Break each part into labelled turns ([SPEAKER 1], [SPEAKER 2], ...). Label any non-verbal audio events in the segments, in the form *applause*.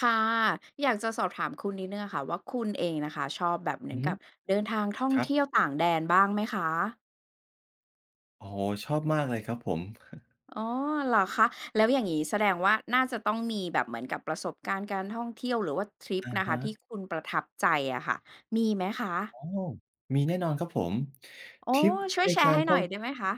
[SPEAKER 1] ค่ะอยากจะสอบถามคุณนิดนึ่งอะค่ะว่าคุณเองนะคะชอบแบบเหมื
[SPEAKER 2] อื
[SPEAKER 1] อ
[SPEAKER 2] อ
[SPEAKER 1] น
[SPEAKER 2] ฮึ
[SPEAKER 1] กับเดินทางท่อง
[SPEAKER 2] ครั
[SPEAKER 1] เที่ยว
[SPEAKER 2] บ
[SPEAKER 1] ต่างแดนบ้างไหมคะ
[SPEAKER 2] โอ้โฮชอบมากเลยครับผม
[SPEAKER 1] อ๋อเหรอคะแล้วอย่างนี้แสดงว่าน่าจะต้องมีแบบเหมือนกับประสบการณ์การท่องเที่ยวหรือว่าทริป
[SPEAKER 2] อะ
[SPEAKER 1] นะคะ
[SPEAKER 2] ฮะ
[SPEAKER 1] ที่คุณประทับใจอะค่ะมีไหมคะ
[SPEAKER 2] อ๋อมีแน่นอนครับผม
[SPEAKER 1] อ๋อ
[SPEAKER 2] ทริป
[SPEAKER 1] ช่วย
[SPEAKER 2] ใน
[SPEAKER 1] แช
[SPEAKER 2] กา
[SPEAKER 1] ร์
[SPEAKER 2] ร
[SPEAKER 1] ให้ห
[SPEAKER 2] ท่
[SPEAKER 1] น่
[SPEAKER 2] อ
[SPEAKER 1] อ
[SPEAKER 2] ง
[SPEAKER 1] ยได้ไหมคะ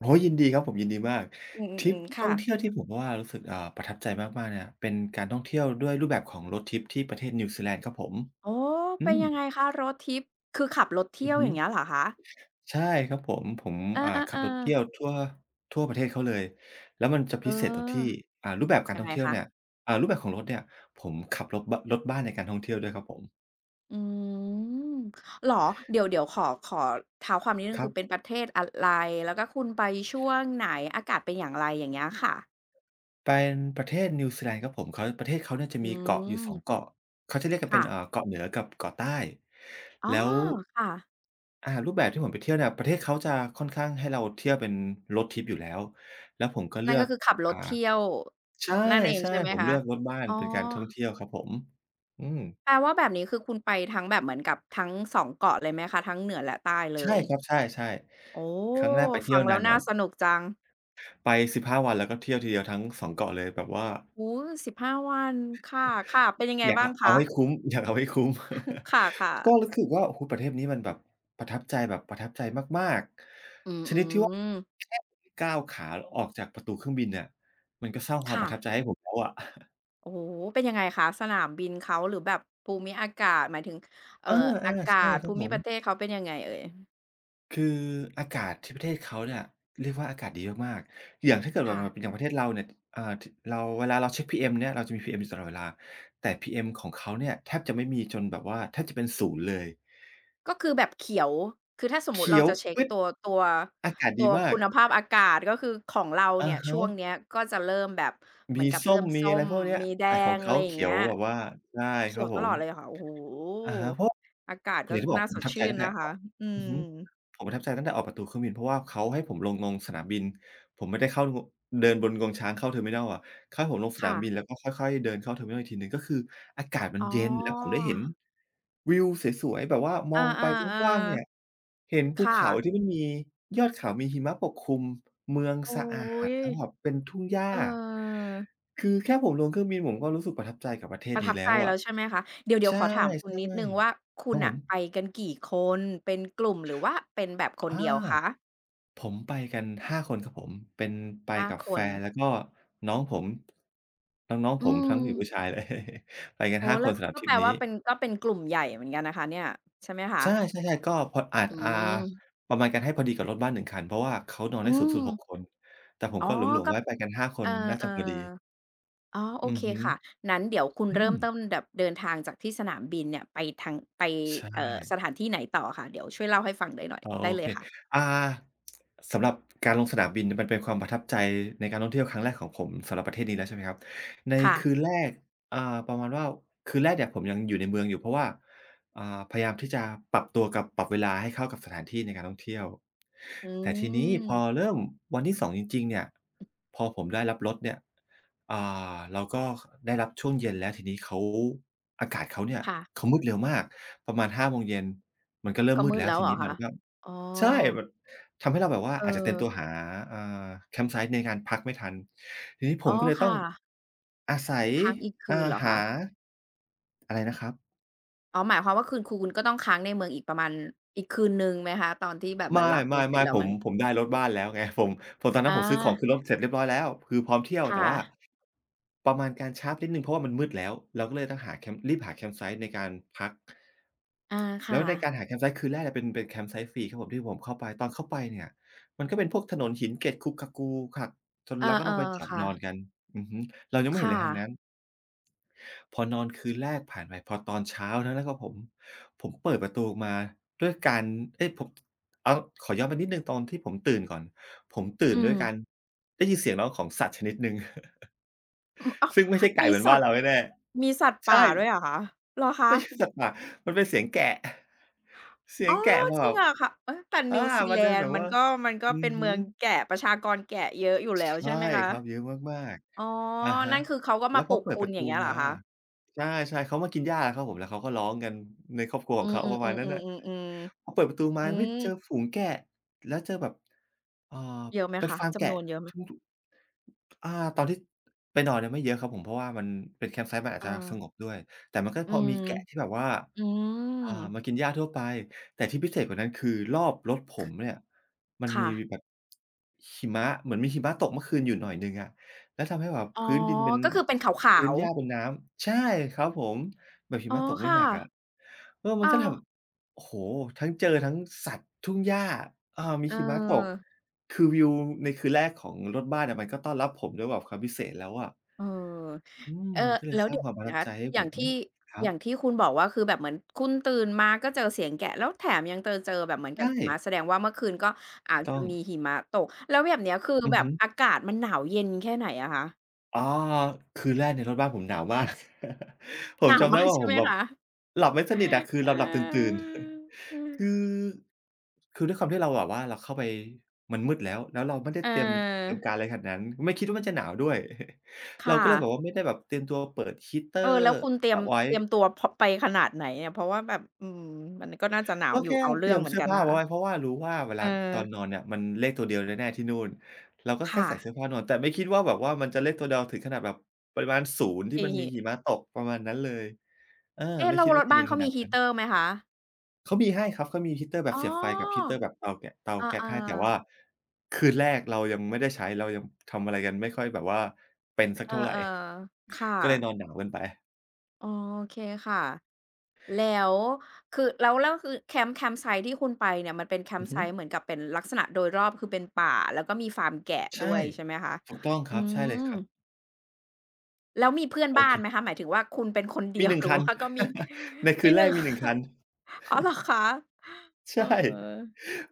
[SPEAKER 2] โอ้โฮยินดีครับผมยินดีมาก
[SPEAKER 1] อืมอื
[SPEAKER 2] ท
[SPEAKER 1] ม
[SPEAKER 2] ริ
[SPEAKER 1] อื
[SPEAKER 2] ป
[SPEAKER 1] ม
[SPEAKER 2] ท่
[SPEAKER 1] ค่ะ
[SPEAKER 2] องเที่ยวที่ผมว่ารู้สึกประทับใจมากๆเนี่ยเป็นการท่องเที่ยวด้วยรูปแบบของ Road Trip ที่ประเทศนิวซีแลนด์ครับผม
[SPEAKER 1] อ๋อ
[SPEAKER 2] อื
[SPEAKER 1] เป็น
[SPEAKER 2] ม
[SPEAKER 1] ยังไงคะรถทริปคือขับรถ
[SPEAKER 2] อื
[SPEAKER 1] เที่
[SPEAKER 2] อ
[SPEAKER 1] ยว
[SPEAKER 2] ฮึ
[SPEAKER 1] อย่างเงี้ยเหรอคะ
[SPEAKER 2] ใช่ครับผม
[SPEAKER 1] เออเออ
[SPEAKER 2] ขั
[SPEAKER 1] เอ
[SPEAKER 2] บ
[SPEAKER 1] อ
[SPEAKER 2] รถเที่ยวทั่วประเทศเขาเลยแล้วมันจะ
[SPEAKER 1] เอ
[SPEAKER 2] พิเศษตรง
[SPEAKER 1] อ
[SPEAKER 2] ที่รูปแบบการ
[SPEAKER 1] ยัง
[SPEAKER 2] ท่อ
[SPEAKER 1] ไง
[SPEAKER 2] งเที่ยว
[SPEAKER 1] คะ
[SPEAKER 2] เนี่ยรูปแบบของรถเนี่ยผมขับรถบ้านในการท่องเที่ยวด้วยครับผม
[SPEAKER 1] อืมเหรอเดี๋ยวขอเท้าความนิดหนึ่
[SPEAKER 2] ค
[SPEAKER 1] ง
[SPEAKER 2] รั
[SPEAKER 1] คื
[SPEAKER 2] บ
[SPEAKER 1] อเป็นประเทศอะไรแล้วก็คุณไปช่วงไหนอากาศเป็นอย่างไรอย่างเงี้ยค่ะ
[SPEAKER 2] เป็นประเทศนิวซีแลนด์ครับผมเขาประเทศเขาเนี่ยจะ
[SPEAKER 1] อื
[SPEAKER 2] มีเกาะอยู่สอง
[SPEAKER 1] ม
[SPEAKER 2] เกาะเขาจะเรียกกันเป็น
[SPEAKER 1] ค่ะ
[SPEAKER 2] เกาะเหนือกับเกาะใต้
[SPEAKER 1] อ๋อ
[SPEAKER 2] แล้ว
[SPEAKER 1] ค่ะ
[SPEAKER 2] รูปแบบที่ผมไปเที่ยวเนี่ยประเทศเขาจะค่อนข้างให้เราเที่ยวเป็น road trip อยู่แล้วแล้วผมก็เลื
[SPEAKER 1] นั่น
[SPEAKER 2] อ
[SPEAKER 1] ก็
[SPEAKER 2] ก
[SPEAKER 1] คือขับร
[SPEAKER 2] อ่า
[SPEAKER 1] ถเที่ยว
[SPEAKER 2] ใช
[SPEAKER 1] นั่นเอง
[SPEAKER 2] ่
[SPEAKER 1] ใช่ไหม
[SPEAKER 2] ๆผม
[SPEAKER 1] คะ
[SPEAKER 2] เลือกรถบ้าน
[SPEAKER 1] อ๋อ
[SPEAKER 2] เป็นการท่องเที่ยวครับผมอืม
[SPEAKER 1] แปลว่าแบบนี้คือคุณไปทั้งแบบเหมือนกับทั้งสองเกาะเลยไหมคะทั้งเหนือและใต้เล
[SPEAKER 2] ใช่
[SPEAKER 1] ย
[SPEAKER 2] ครับใช่
[SPEAKER 1] โอ้
[SPEAKER 2] ๆครั้งแรกไปเที่
[SPEAKER 1] ฟั
[SPEAKER 2] ยว
[SPEAKER 1] งแล้
[SPEAKER 2] นา
[SPEAKER 1] ว
[SPEAKER 2] นหน่อ
[SPEAKER 1] น่า
[SPEAKER 2] ย
[SPEAKER 1] สนุกจัง
[SPEAKER 2] ไป15วันแล้วก็เที่ยวทีเดียวทั้งสองเกาะเลยแบบว่า
[SPEAKER 1] โอ้โฮสิบห้าวันค่ะๆเป็นยังไง
[SPEAKER 2] อยาก
[SPEAKER 1] บ้าง
[SPEAKER 2] เอา
[SPEAKER 1] คะ
[SPEAKER 2] ให้คุ้ม *laughs* อยากเอาให้คุ้ม
[SPEAKER 1] ค่ะ
[SPEAKER 2] *laughs* ก็รู้
[SPEAKER 1] ๆ
[SPEAKER 2] สึกว่าโอ้โฮประเทศนี้มันแบบประทับใจแบบประทับใจมาก
[SPEAKER 1] อื
[SPEAKER 2] ๆชนิดที่ว่า
[SPEAKER 1] มๆ
[SPEAKER 2] แค่ก้าวขาออกจากประตูเครื่องบินน่ะมันก็สร้างความป
[SPEAKER 1] ค่ะ
[SPEAKER 2] ระทับใจให้ผมแล้วอะ
[SPEAKER 1] โอ้โฮเป็นยังไงคะสนามบินเขาหรือแบบภูมิอากาศหมายถึงเอ่
[SPEAKER 2] *laughs*
[SPEAKER 1] อ
[SPEAKER 2] อา
[SPEAKER 1] อา
[SPEAKER 2] ๆ
[SPEAKER 1] กา
[SPEAKER 2] ใช่
[SPEAKER 1] ศ
[SPEAKER 2] ครั
[SPEAKER 1] ภู
[SPEAKER 2] บผ
[SPEAKER 1] มิป
[SPEAKER 2] ม
[SPEAKER 1] ระเทศเขาเป็นยังไงเอ่ย
[SPEAKER 2] คืออากาศที่ประเทศเขาเนี่ยเรียกว่าอากาศดีมากๆอย่างถ้าเกิด
[SPEAKER 1] ค่ะ
[SPEAKER 2] แบบอย่างประเทศเราเนี่ยอ่าทเราเวลาเราเช็ก PM เนี่ยเราจะมี PM อยู่ตลอดเวลาแต่ PM ของเขาเนี่ยแทบจะไม่มีจนแบบว่าแทบจะเป็นศูนย์เลย
[SPEAKER 1] ก็คือแบบเขียวคือถ้าสมมุติ
[SPEAKER 2] เขี
[SPEAKER 1] เรา
[SPEAKER 2] ยว
[SPEAKER 1] จะเช็ก
[SPEAKER 2] ปึ๊ดอากาศ
[SPEAKER 1] ตั
[SPEAKER 2] ดี
[SPEAKER 1] ว
[SPEAKER 2] มาก
[SPEAKER 1] คุณภาพอากาศก็คือของเรา
[SPEAKER 2] อะ
[SPEAKER 1] เนี่ย
[SPEAKER 2] ฮะ
[SPEAKER 1] ช่วงเนี้ยก็จะเริ่มแบบเหมือ
[SPEAKER 2] มี
[SPEAKER 1] นกับเริ่
[SPEAKER 2] ส้ม
[SPEAKER 1] ม
[SPEAKER 2] มี
[SPEAKER 1] ส้
[SPEAKER 2] อะไร
[SPEAKER 1] ม
[SPEAKER 2] พวกเนี้ย
[SPEAKER 1] มีแด
[SPEAKER 2] แต่ขอ
[SPEAKER 1] ง
[SPEAKER 2] ง
[SPEAKER 1] อะ
[SPEAKER 2] เขา
[SPEAKER 1] ไรอย่าง
[SPEAKER 2] เขี
[SPEAKER 1] เงี้
[SPEAKER 2] ยว
[SPEAKER 1] ย
[SPEAKER 2] แบบว่าใช่ค
[SPEAKER 1] เขี
[SPEAKER 2] รั
[SPEAKER 1] ยว
[SPEAKER 2] บ
[SPEAKER 1] ต
[SPEAKER 2] ผ
[SPEAKER 1] ล
[SPEAKER 2] ม
[SPEAKER 1] อดเลยค่ะโอ้โฮ
[SPEAKER 2] อะฮะเพราะ
[SPEAKER 1] อากาศ
[SPEAKER 2] อ
[SPEAKER 1] ก็
[SPEAKER 2] ย่างที่บอก
[SPEAKER 1] น่า
[SPEAKER 2] ผ
[SPEAKER 1] ส
[SPEAKER 2] มป
[SPEAKER 1] ด
[SPEAKER 2] ระทับใจ
[SPEAKER 1] ชื่น
[SPEAKER 2] ตั้งแต่
[SPEAKER 1] นะ
[SPEAKER 2] อ
[SPEAKER 1] คะ
[SPEAKER 2] อก
[SPEAKER 1] อื
[SPEAKER 2] อือฮึ
[SPEAKER 1] ม
[SPEAKER 2] ผมประทับใจตั้งแต่ออกประตูเครื่องบินเพราะว่าเขาให้ผมลงสนามบินผมไม่ได้เดินบนงวงช้างเข้าเทอร์มินัลอะเขาให้ผมลงสนา
[SPEAKER 1] ค่ะ
[SPEAKER 2] มบินแล้วก็ค่อยๆเดินเข้าเทอร์มินัลอีกทีหนึ่งก็คืออากาศมั
[SPEAKER 1] อ๋
[SPEAKER 2] น
[SPEAKER 1] อ
[SPEAKER 2] เย็นแล้วผมได้เห็นวิวสวยๆแบบว่ามอ
[SPEAKER 1] อา
[SPEAKER 2] งไปกว้างๆเนี่ย
[SPEAKER 1] ๆ
[SPEAKER 2] เห็น
[SPEAKER 1] ๆค
[SPEAKER 2] ภูเขาที่
[SPEAKER 1] ่ะ
[SPEAKER 2] มันมียอดเขามีหิมะปกคลุมเมือง
[SPEAKER 1] โอ๊
[SPEAKER 2] สะอาด
[SPEAKER 1] ย
[SPEAKER 2] แล้วแบบเป็นทุ่งหญ้า
[SPEAKER 1] เออ
[SPEAKER 2] คือแค่ผมลงเครื่องบินผมก็รู้สึกประทับใจกับประเท
[SPEAKER 1] ป
[SPEAKER 2] ศ
[SPEAKER 1] ระ
[SPEAKER 2] นี้
[SPEAKER 1] ทับใจ
[SPEAKER 2] แล้ว
[SPEAKER 1] แล้
[SPEAKER 2] อะ
[SPEAKER 1] วใช่ไหมคะเดี๋ยวเดี๋ยว
[SPEAKER 2] ใช่
[SPEAKER 1] ขอถามคุณนิดหนึ่งว่า
[SPEAKER 2] ๆค
[SPEAKER 1] คุ
[SPEAKER 2] รั
[SPEAKER 1] ณ
[SPEAKER 2] บผ
[SPEAKER 1] น่ะ
[SPEAKER 2] ม
[SPEAKER 1] ไปกันกี่คนเป็นกลุ่มหรือว่าเป็นแบบคน
[SPEAKER 2] อา
[SPEAKER 1] เดียวคะ
[SPEAKER 2] ผมไปกัน5คนครับผมเป็นไป
[SPEAKER 1] 5
[SPEAKER 2] กับ
[SPEAKER 1] ค
[SPEAKER 2] แฟ
[SPEAKER 1] น
[SPEAKER 2] นแล้วก็น้องผมน้องๆผ
[SPEAKER 1] อื
[SPEAKER 2] ม
[SPEAKER 1] ม
[SPEAKER 2] ทั้งผู้หญิงผู้ชายเลย *laughs* ไปกัน
[SPEAKER 1] โอ้โฮ
[SPEAKER 2] 5ค
[SPEAKER 1] แล้ว
[SPEAKER 2] นสำหรับ
[SPEAKER 1] ก็
[SPEAKER 2] ทริ
[SPEAKER 1] แป
[SPEAKER 2] ป
[SPEAKER 1] ล
[SPEAKER 2] นี้
[SPEAKER 1] ว่าเป็นก็เป็นกลุ่มใหญ่เหมือนกันนะคะเนี่ยใช่ไหมคะ
[SPEAKER 2] ใช่ๆๆก็พออาจ
[SPEAKER 1] อืม
[SPEAKER 2] ประมาณกันให้พอดีกับรถบ้านหนึ่งคันเพราะว่าเขานอน
[SPEAKER 1] อื
[SPEAKER 2] ได้สูง
[SPEAKER 1] ม
[SPEAKER 2] สุด6คนแต่ผม
[SPEAKER 1] อ๋อ
[SPEAKER 2] ก็หลวมๆ
[SPEAKER 1] ก็
[SPEAKER 2] ไว้ไปกัน5ค
[SPEAKER 1] เอ
[SPEAKER 2] น
[SPEAKER 1] อ
[SPEAKER 2] น่าจะพอดี
[SPEAKER 1] ๆอ๋อโอ
[SPEAKER 2] อื
[SPEAKER 1] เค
[SPEAKER 2] อฮึ
[SPEAKER 1] ค่ะนั้นเดี๋ยวคุณ
[SPEAKER 2] อื
[SPEAKER 1] เริ่ม
[SPEAKER 2] ม
[SPEAKER 1] ต้นแบบเดินทางจากที่สนามบินเนี่ยไปทางไป
[SPEAKER 2] ใช่
[SPEAKER 1] สถานที่ไหนต่อคะเดี๋ยวช่วยเล่าให้ฟังได้หน่อย
[SPEAKER 2] อ๋อ
[SPEAKER 1] ได้
[SPEAKER 2] โอ
[SPEAKER 1] เล
[SPEAKER 2] เค
[SPEAKER 1] ยค่ะ
[SPEAKER 2] อ่าสำหรับการลงสนามบินมันเป็นความประทับใจในการท่องเที่ยวครั้งแรกของผมสำหรับประเทศนี้แล้วใช่ไหมครับใน
[SPEAKER 1] ค่ะ
[SPEAKER 2] คืนแรกประมาณว่าคืนแรกเนี่ยผมยังอยู่ในเมืองอยู่เพราะว่าพยายามที่จะปรับตัวกับปรับเวลาให้เข้ากับสถานที่ในการท่องเที่ยว
[SPEAKER 1] อื
[SPEAKER 2] แต่ทีนี้พอ
[SPEAKER 1] ม
[SPEAKER 2] เริ่มวันที่วันที่ 2จริงๆเนี่ยพอผมได้รับรถเนี่ยอ่เราก็ได้รับช่วงเย็นแล้วทีนี้เขาอากาศเขาเนี่ย
[SPEAKER 1] ค่ะ
[SPEAKER 2] เขามืดเร็วมากประมาณ5 โมงเย็นโมงเย็นมันก็เริ่ม
[SPEAKER 1] ก็
[SPEAKER 2] มืด
[SPEAKER 1] มืด
[SPEAKER 2] แล้ว
[SPEAKER 1] แล้ว
[SPEAKER 2] ที
[SPEAKER 1] เหรอ
[SPEAKER 2] นี้มั
[SPEAKER 1] คะ
[SPEAKER 2] นก็
[SPEAKER 1] อ๋
[SPEAKER 2] ใช่
[SPEAKER 1] อ
[SPEAKER 2] มันทำให้เราแบบว่า
[SPEAKER 1] เออ
[SPEAKER 2] อาจจะเตรียมตัวหาอ่าแคมป์ไซต์ในการพักไม่ทันทีนี้ผ
[SPEAKER 1] อ๋
[SPEAKER 2] ม
[SPEAKER 1] อ
[SPEAKER 2] ก็เลยต้อ
[SPEAKER 1] ค่ะ
[SPEAKER 2] งอาศัย
[SPEAKER 1] ค้างอีก
[SPEAKER 2] อ่า
[SPEAKER 1] คืนเหรอ
[SPEAKER 2] หา
[SPEAKER 1] คะ
[SPEAKER 2] อะไรนะครับ
[SPEAKER 1] อ๋อหมายความว่าคืนคุณคุณก็ต้องค้างในเมืองอีกประมาณอีกคืนหนึ่งไหมคะ ตอนที่แบบเหมือน
[SPEAKER 2] ไม่
[SPEAKER 1] รับร
[SPEAKER 2] ไม่
[SPEAKER 1] ถเสร็จ
[SPEAKER 2] ไม่
[SPEAKER 1] แล้วมัน
[SPEAKER 2] ผมได้รถบ้านแล้วไง *laughs* ผมตอนนั้
[SPEAKER 1] อา
[SPEAKER 2] นผมซื้อของขึ้นรถเสร็จเรียบร้อยแล้วคือพร้อมเที่ยวแต่ว่า
[SPEAKER 1] ค่ะ
[SPEAKER 2] ประมาณการช้าไปนิดหนึ่งเพราะว่ามันมืดแล้วเราก็เลยต้องหาแคมป์รีบหาแคมป์ไซต์ในการพัก
[SPEAKER 1] อา
[SPEAKER 2] แล้
[SPEAKER 1] ค่ะ
[SPEAKER 2] วในการหาแคมป์ไซต์คืนแรกเนี่ยเป็นแคมป์ไซต์ฟรีครับผมที่ผมเข้าไปตอนเข้าไปเนี่ยมันก็เป็นพวกถนนหินเกล็ดขรุขระขระจน
[SPEAKER 1] เออ
[SPEAKER 2] แล้วก็เราไปจอ
[SPEAKER 1] ๆ
[SPEAKER 2] ด
[SPEAKER 1] ค่ะ
[SPEAKER 2] นอนกันอือฮึเรายังไม่เห็นอะ
[SPEAKER 1] ค่ะ
[SPEAKER 2] ไรทั้งนั้น พอนอนคืนแรกผ่านไปพอตอนเช้านะแล้วก็ผมเปิดประตูออกมาด้วยการเอ๊ยผมเอาขอย้อนไปนิดหนึ่งตอนที่ผมตื่นก่อนผมตื่
[SPEAKER 1] อื
[SPEAKER 2] นด้วยการ
[SPEAKER 1] ม
[SPEAKER 2] ได้ยินเสียงร้องของสัตว์ชนิดหนึ่ง
[SPEAKER 1] อืมอ้าว
[SPEAKER 2] *laughs* ซึ่งไม่ใช่ไก่
[SPEAKER 1] มี
[SPEAKER 2] เหมือน
[SPEAKER 1] สั
[SPEAKER 2] บ้า
[SPEAKER 1] ต
[SPEAKER 2] น
[SPEAKER 1] ว์
[SPEAKER 2] เราแน่
[SPEAKER 1] มีสัตว์
[SPEAKER 2] ๆ
[SPEAKER 1] ป่า
[SPEAKER 2] ใช่
[SPEAKER 1] ด้วยเหรอคะเหรอคะ
[SPEAKER 2] ไม่ใช่สัตว์ป่ามันเป็นเสียงแกะ *laughs* เสีย
[SPEAKER 1] อ๋อ
[SPEAKER 2] งแกะมา
[SPEAKER 1] จริ
[SPEAKER 2] แบ
[SPEAKER 1] ง
[SPEAKER 2] บ
[SPEAKER 1] เหรอคะเอ๊ยแต่นิ
[SPEAKER 2] อา
[SPEAKER 1] วซี
[SPEAKER 2] มา
[SPEAKER 1] แล
[SPEAKER 2] เดิน
[SPEAKER 1] น
[SPEAKER 2] แบ
[SPEAKER 1] ด์
[SPEAKER 2] บ
[SPEAKER 1] มัน
[SPEAKER 2] ว่า
[SPEAKER 1] ก็มันก็
[SPEAKER 2] อื
[SPEAKER 1] เป็
[SPEAKER 2] อ
[SPEAKER 1] น
[SPEAKER 2] ฮึ
[SPEAKER 1] เมืองแกะประชากรแกะเยอะอยู่แล้วใช่
[SPEAKER 2] ใช่
[SPEAKER 1] ไหมคะ
[SPEAKER 2] ครับเยอะมาก
[SPEAKER 1] อ๋อ
[SPEAKER 2] ๆ อะฮะ
[SPEAKER 1] นั่นคือเขาก็
[SPEAKER 2] แล้
[SPEAKER 1] มา
[SPEAKER 2] ว
[SPEAKER 1] ป
[SPEAKER 2] พอ
[SPEAKER 1] ลุก
[SPEAKER 2] เปิด
[SPEAKER 1] คุ
[SPEAKER 2] ป
[SPEAKER 1] ณ
[SPEAKER 2] ระ
[SPEAKER 1] อ
[SPEAKER 2] ตู
[SPEAKER 1] ย่างเงี้ยเหรอ
[SPEAKER 2] มา
[SPEAKER 1] คะ
[SPEAKER 2] ใช่ๆเขามากินหญ้าครับผมแล้วเขาก็ร้องกันในครอบครัวข
[SPEAKER 1] อื
[SPEAKER 2] อง
[SPEAKER 1] ม
[SPEAKER 2] เขา
[SPEAKER 1] อื
[SPEAKER 2] ป
[SPEAKER 1] ม
[SPEAKER 2] ระ
[SPEAKER 1] อื
[SPEAKER 2] มาณ
[SPEAKER 1] ม
[SPEAKER 2] นั้
[SPEAKER 1] อื
[SPEAKER 2] น
[SPEAKER 1] ม
[SPEAKER 2] น่ะ
[SPEAKER 1] อืมอืม
[SPEAKER 2] พอเปิดประตูมา
[SPEAKER 1] อื
[SPEAKER 2] เฮ้ย
[SPEAKER 1] ม
[SPEAKER 2] เจอฝูงแกะแล้วเจอแบบเอ่อ
[SPEAKER 1] เยอะไหม
[SPEAKER 2] เป็น
[SPEAKER 1] คะ
[SPEAKER 2] ฟาร์ม
[SPEAKER 1] จำน
[SPEAKER 2] แกะ
[SPEAKER 1] วนเยอะไหม
[SPEAKER 2] ทุก อาตอนที่ไปนอนเนี่ยไม่เยอะครับผมเพราะว่ามันเป็นแคมป์ไซต์มันอา
[SPEAKER 1] เอ
[SPEAKER 2] จจะ
[SPEAKER 1] อ
[SPEAKER 2] สงบด้วยแต่มันก็
[SPEAKER 1] อื
[SPEAKER 2] พอ
[SPEAKER 1] ม
[SPEAKER 2] มีแกะที่แบบว่า
[SPEAKER 1] อืม
[SPEAKER 2] อ่ามากินหญ้าทั่วไปแต่ที่พิเศษกว่านั้นคือรอบรถผมเนี่ยมันมี
[SPEAKER 1] ค่ะ
[SPEAKER 2] แบบหิมะเหมือนมีหิมะตกเมื่อคืนอยู่หน่อยหนึ่งอะแล้วทำให้แบบ
[SPEAKER 1] อ๋อ
[SPEAKER 2] พื้นดินเป็น
[SPEAKER 1] ก็คือเป็นขา
[SPEAKER 2] พื้น
[SPEAKER 1] ว
[SPEAKER 2] หญ้า
[SPEAKER 1] ๆ
[SPEAKER 2] เป็นน้ำใช่ครับผมแบบหิ
[SPEAKER 1] อ๋อ
[SPEAKER 2] มะตกไม่ห
[SPEAKER 1] ค่ะ
[SPEAKER 2] นักอะ เออมัน
[SPEAKER 1] อ้า
[SPEAKER 2] ก็แบ
[SPEAKER 1] ว
[SPEAKER 2] บโอ้โฮทั้งเจอทั้งสัตว์ทุ่งหญ้ามี
[SPEAKER 1] เออ
[SPEAKER 2] หิมะตก คือวิวในคืนแรกของรถบ้านอะมันก็ต้อนรับผมด้วยแบบความพิเศษแล้วอะ
[SPEAKER 1] เออ
[SPEAKER 2] อืม
[SPEAKER 1] เออ
[SPEAKER 2] มันก็เลย
[SPEAKER 1] แล้ว
[SPEAKER 2] สร้าง
[SPEAKER 1] เดี๋ย
[SPEAKER 2] ค
[SPEAKER 1] ว
[SPEAKER 2] วามประทับ
[SPEAKER 1] นะ
[SPEAKER 2] ใจให้
[SPEAKER 1] อ
[SPEAKER 2] ผ
[SPEAKER 1] ย่าง
[SPEAKER 2] ม
[SPEAKER 1] ที่
[SPEAKER 2] ครั
[SPEAKER 1] อ
[SPEAKER 2] บ
[SPEAKER 1] ย่างที่คุณบอกว่าคือแบบเหมือนคุณตื่นมาก็เจอเสียงแกะแล้วแถมยังเจอแบบเหมือนกับ
[SPEAKER 2] ใช่
[SPEAKER 1] หิมะแสดงว่าเมื่อคืนก็
[SPEAKER 2] ถู
[SPEAKER 1] อา
[SPEAKER 2] ก
[SPEAKER 1] จจะ
[SPEAKER 2] ต้อง
[SPEAKER 1] มีหิมะตกแล้วแบบเนี้ยคือ
[SPEAKER 2] อื
[SPEAKER 1] แบ
[SPEAKER 2] อ
[SPEAKER 1] บ
[SPEAKER 2] ฮึ
[SPEAKER 1] อากาศมันหนาวเย็นแค่ไหนอะคะ
[SPEAKER 2] อาคืนแรกเนี่ยรถบ้านผมหนาวมาก *laughs* ผ
[SPEAKER 1] ห
[SPEAKER 2] ม
[SPEAKER 1] นาว
[SPEAKER 2] จำได้
[SPEAKER 1] มาก
[SPEAKER 2] ว่า
[SPEAKER 1] ใช่
[SPEAKER 2] ผ
[SPEAKER 1] ไหม
[SPEAKER 2] มแบบ
[SPEAKER 1] คะ
[SPEAKER 2] หลับไม่สนิทอะคือ
[SPEAKER 1] เอ
[SPEAKER 2] หลับหลั
[SPEAKER 1] อ
[SPEAKER 2] บตื่นๆ
[SPEAKER 1] เอ
[SPEAKER 2] *laughs* คือ
[SPEAKER 1] อ
[SPEAKER 2] คือด้วยความที่เราแบบว่าเราเข้าไปมันมืดแล้วแล้วเราไม่ได้
[SPEAKER 1] เออ
[SPEAKER 2] เตรียมเตรียมการอะไรขนาดนั้นไม่คิดว่ามันจะหนาวด้วย *laughs* เรา
[SPEAKER 1] ค่ะ
[SPEAKER 2] ก็เลยแบบว่าไม่ได้แบบเตรียมตัวเปิดฮีตเตอ
[SPEAKER 1] เออ
[SPEAKER 2] ร์
[SPEAKER 1] แล้วคุณเตรียม
[SPEAKER 2] เอาไว้
[SPEAKER 1] เตรียมตัวพไปขนาดไหนอะเพราะว่าแบบอืมมันก็น่าจะหนาว
[SPEAKER 2] ก็
[SPEAKER 1] อยู่
[SPEAKER 2] แค่
[SPEAKER 1] เอา
[SPEAKER 2] เต
[SPEAKER 1] เรื่อ
[SPEAKER 2] รี
[SPEAKER 1] ง
[SPEAKER 2] ยม
[SPEAKER 1] เหมือน
[SPEAKER 2] เสื้อ
[SPEAKER 1] กัน
[SPEAKER 2] ผ้า
[SPEAKER 1] นะคะ
[SPEAKER 2] ไว้เพราะว่ารู้ว่าเว
[SPEAKER 1] เอ
[SPEAKER 2] ลา
[SPEAKER 1] อ
[SPEAKER 2] ตอนนอนเนี่ยมันเลขตัวเดียวแน่ๆที่นู่นเราก็แค่
[SPEAKER 1] ค่ะ
[SPEAKER 2] ใส่เสื้อผ้านอนแต่ไม่คิดว่าแบบว่ามันจะเลขตัวเดียวถึงขนาดแบบปริมาณศูนย์ที่
[SPEAKER 1] ไอ้
[SPEAKER 2] มันมีหิมะตกประมาณนั้นเลยเออ
[SPEAKER 1] เอ๊ะ
[SPEAKER 2] ไม่
[SPEAKER 1] แล้ว
[SPEAKER 2] คิด
[SPEAKER 1] ร
[SPEAKER 2] ว่า
[SPEAKER 1] ถ
[SPEAKER 2] จะ
[SPEAKER 1] บ้าน
[SPEAKER 2] เย็นข
[SPEAKER 1] เขา
[SPEAKER 2] นา
[SPEAKER 1] มี
[SPEAKER 2] ดนั้น
[SPEAKER 1] heater ไหมคะ
[SPEAKER 2] เขามีให้ครับเขามี heater แบบ
[SPEAKER 1] อ๋
[SPEAKER 2] เสียบไฟกับ
[SPEAKER 1] อ
[SPEAKER 2] heater แบบเตาแกะเตา
[SPEAKER 1] อ
[SPEAKER 2] แก๊ส
[SPEAKER 1] า
[SPEAKER 2] ให้แต่
[SPEAKER 1] ๆ
[SPEAKER 2] ว่าคืนแรกเรายังไม่ได้ใช้เรายังทำอะไรกันไม่ค่อยแบบว่าเป็นสัก
[SPEAKER 1] เออ
[SPEAKER 2] เท่าไร
[SPEAKER 1] ๆค่ะ
[SPEAKER 2] ก็เลยนอนหนาวกันไป
[SPEAKER 1] อ๋อโอเคค่ะแล้วคือแล้วแล้วคือแคมป์ไซต์ที่คุณไปเนี่ยมันเป็นแคม
[SPEAKER 2] อือ
[SPEAKER 1] ป์ไซ
[SPEAKER 2] ฮึ
[SPEAKER 1] ต์เหมือนกับเป็นลักษณะโดยรอบคือเป็นป่าแล้วก็มีฟาร์มแกะด้
[SPEAKER 2] ใช่
[SPEAKER 1] วยใช่ไหมคะ
[SPEAKER 2] ถูกต้องค
[SPEAKER 1] อื
[SPEAKER 2] รับใช่เลย
[SPEAKER 1] ม
[SPEAKER 2] ครับ
[SPEAKER 1] แล้วมีเพื่อน
[SPEAKER 2] โอ
[SPEAKER 1] บ้านไหม
[SPEAKER 2] เค
[SPEAKER 1] คะหมายถึงว่าคุณเป็นคนเดี
[SPEAKER 2] มี
[SPEAKER 1] ยว
[SPEAKER 2] ห
[SPEAKER 1] *laughs*
[SPEAKER 2] นึ่ง
[SPEAKER 1] หรือ
[SPEAKER 2] คัน
[SPEAKER 1] ว่าก็มี
[SPEAKER 2] *laughs* ในคื
[SPEAKER 1] มี
[SPEAKER 2] น
[SPEAKER 1] ห
[SPEAKER 2] แร
[SPEAKER 1] นึ่
[SPEAKER 2] ก
[SPEAKER 1] ง
[SPEAKER 2] มีหนึ่งคัน *laughs*
[SPEAKER 1] *laughs* อ๋อเหรอคะเออ
[SPEAKER 2] ใช่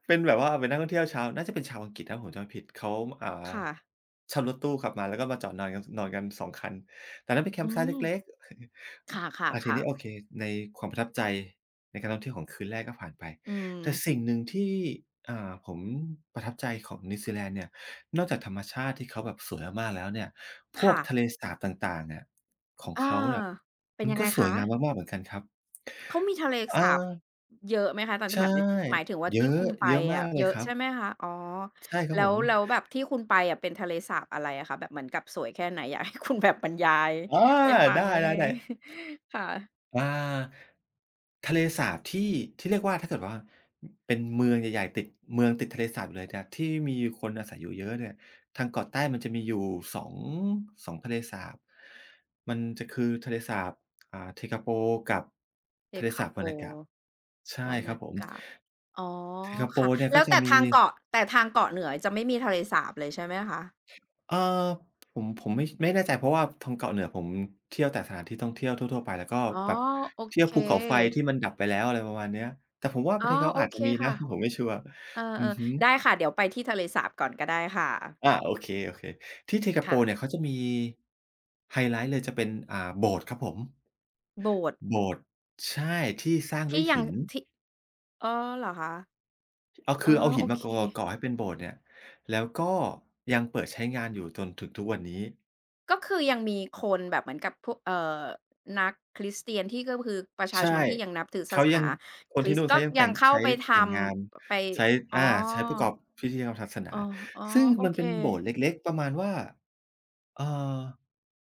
[SPEAKER 2] เป็นแบบว่าเป็นนักท่องเที่ยวชาวน่าจะเป็นชาวอังกฤษถ้าผมจำไม่ผิดเขาอ่า
[SPEAKER 1] ค่ะ
[SPEAKER 2] เช่ารถตู้ขับมาแล้วก็มาจอดนอนกันนอนกัน2คันแต่นั้นเป็นแค
[SPEAKER 1] อื
[SPEAKER 2] มป์ไซต์เล็ก
[SPEAKER 1] ม
[SPEAKER 2] ๆ
[SPEAKER 1] ค่
[SPEAKER 2] *laughs* ที
[SPEAKER 1] ะ
[SPEAKER 2] นี้
[SPEAKER 1] ๆ
[SPEAKER 2] โอ
[SPEAKER 1] ๆ
[SPEAKER 2] เคในความประทับใจในการท่องเที่ยวของคืนแรกก็ผ่านไป
[SPEAKER 1] อืม
[SPEAKER 2] แต่สิ่งหนึ่งที่ผมประทับใจของนิวซีแลนด์เนี่ยนอกจากธรรมชาติที่เขาแบบสวยมากๆแล้วเนี่ยพวก
[SPEAKER 1] ค่ะ
[SPEAKER 2] ทะเลสาบต่างๆอะของ
[SPEAKER 1] เออ
[SPEAKER 2] เขาน่ะ
[SPEAKER 1] เป็น
[SPEAKER 2] มัน
[SPEAKER 1] ยังไง
[SPEAKER 2] ก็สวย
[SPEAKER 1] คะ
[SPEAKER 2] งามมากๆเหมือนกันครับ
[SPEAKER 1] เขามีทะเล
[SPEAKER 2] อา
[SPEAKER 1] สาบเยอะไหมคะตอนนั้น
[SPEAKER 2] ใช่
[SPEAKER 1] แบบหมายหมายถึงว่า
[SPEAKER 2] เย
[SPEAKER 1] ที่
[SPEAKER 2] อะ
[SPEAKER 1] คุณไป
[SPEAKER 2] เยอะมา
[SPEAKER 1] อะ
[SPEAKER 2] กเล
[SPEAKER 1] เย
[SPEAKER 2] ย
[SPEAKER 1] อะ
[SPEAKER 2] ครับ
[SPEAKER 1] ใช่ไหมคะอ๋อ
[SPEAKER 2] ใช่ครับ
[SPEAKER 1] แล้
[SPEAKER 2] ผ
[SPEAKER 1] ว
[SPEAKER 2] ม
[SPEAKER 1] แล้วแบบที่คุณไปอะเป็นทะเลสาบอะไรอะคะแบบเหมือนกับสวยแค่ไหนอยากให้คุณแบบบรรยาย
[SPEAKER 2] อา
[SPEAKER 1] ให้ฟัง
[SPEAKER 2] ได้
[SPEAKER 1] นิดหนึ่ง
[SPEAKER 2] ๆๆ
[SPEAKER 1] *laughs* ค่ะ
[SPEAKER 2] อาทะเลสาบที่ที่เรียกว่าถ้าเกิดว่าเป็นเมืองใหญ่ๆติดเมืองติดทะเลสาบอยู่เลยเนี่ยที่มีคนอาศัยอยู่เยอะเนี่ยทางเกาะใต้มันจะมีอยู่สองสองทะเลสาบมันจะคือทะเลสาบเทกาโปกับ
[SPEAKER 1] เซ
[SPEAKER 2] ทะเล
[SPEAKER 1] คั
[SPEAKER 2] สา
[SPEAKER 1] ป
[SPEAKER 2] บ
[SPEAKER 1] โป
[SPEAKER 2] วานากะใช่
[SPEAKER 1] วา
[SPEAKER 2] ครั
[SPEAKER 1] นา
[SPEAKER 2] บผม
[SPEAKER 1] กะอ๋อ
[SPEAKER 2] เทกาโป
[SPEAKER 1] ค่ะ
[SPEAKER 2] เนี่ย
[SPEAKER 1] แล้
[SPEAKER 2] ก็
[SPEAKER 1] ว
[SPEAKER 2] จะ
[SPEAKER 1] แต่
[SPEAKER 2] มี
[SPEAKER 1] ทางเกาะแต่ทางเกาะเหนือจะไม่มีทะเลสาบเลยใช่ไหมคะ
[SPEAKER 2] เอ่อผมไม่แน่ใจเพราะว่าทางเกาะเหนือผมเที่ยวแต่สถานที่ท่องเที่ยวทั่วๆไปแล้วก็
[SPEAKER 1] อ๋อ
[SPEAKER 2] แบบ
[SPEAKER 1] โอ
[SPEAKER 2] เที่ยว
[SPEAKER 1] เค
[SPEAKER 2] ภูเขาไฟที่มันดับไปแล้วอะไรประมาณเนี้ยแต่ผมว่าประ
[SPEAKER 1] อ๋อ
[SPEAKER 2] เทศเขา
[SPEAKER 1] โอ
[SPEAKER 2] อาจ
[SPEAKER 1] เค
[SPEAKER 2] จะมีนะ
[SPEAKER 1] ค่ะ
[SPEAKER 2] *laughs* ผมไม่ชัวร์
[SPEAKER 1] เอ
[SPEAKER 2] อือ
[SPEAKER 1] อ
[SPEAKER 2] ฮึ
[SPEAKER 1] ๆได้ค่ะเดี๋ยวไปที่ทะเลสาบก่อนก็ได้ค่ะ
[SPEAKER 2] โอเคๆที่สิงคโปร์เนี่ย
[SPEAKER 1] ค่ะ
[SPEAKER 2] เขาจะมีไฮไลต์เลยจะเป็นโบสถ์ครับผม
[SPEAKER 1] โบสถ์
[SPEAKER 2] โบสถ์ใช่ที่สร้างด้
[SPEAKER 1] ที่
[SPEAKER 2] วย
[SPEAKER 1] ยัง
[SPEAKER 2] หิน
[SPEAKER 1] ที่อ๋อเหรอคะ
[SPEAKER 2] เอา
[SPEAKER 1] อ๋อ
[SPEAKER 2] คือเอาหิ
[SPEAKER 1] โอ
[SPEAKER 2] นมา
[SPEAKER 1] เค
[SPEAKER 2] ก่อก่อให้เป็นโบสถ์เนี่ยแล้วก็ยังเปิดใช้งานอยู่จนถึงทุกวันนี้
[SPEAKER 1] ก็คือยังมีคนแบบเหมือนกับพวกนักคริสเตียนที่ก็คือประชา
[SPEAKER 2] ใช่
[SPEAKER 1] ชนที่ยังนับถือศา
[SPEAKER 2] เขา
[SPEAKER 1] ส
[SPEAKER 2] ยั
[SPEAKER 1] นา
[SPEAKER 2] งค
[SPEAKER 1] ค
[SPEAKER 2] น
[SPEAKER 1] ริ
[SPEAKER 2] ที่
[SPEAKER 1] ส
[SPEAKER 2] นู่
[SPEAKER 1] ต์
[SPEAKER 2] น
[SPEAKER 1] ก็
[SPEAKER 2] เขายัง
[SPEAKER 1] ยั
[SPEAKER 2] แต่
[SPEAKER 1] ง
[SPEAKER 2] ง
[SPEAKER 1] เข้า
[SPEAKER 2] ใช้
[SPEAKER 1] ไปท
[SPEAKER 2] แต่งงาน
[SPEAKER 1] ำไป
[SPEAKER 2] ใช้
[SPEAKER 1] อ๋อ
[SPEAKER 2] อาใช้ประกอบพิธีกรรมทางศาสนา
[SPEAKER 1] อ๋ออ๋อ
[SPEAKER 2] ซึ่ง
[SPEAKER 1] โอ
[SPEAKER 2] มัน
[SPEAKER 1] เค
[SPEAKER 2] เป็นโบสถ์เล็กๆประมาณว่าเอ่อ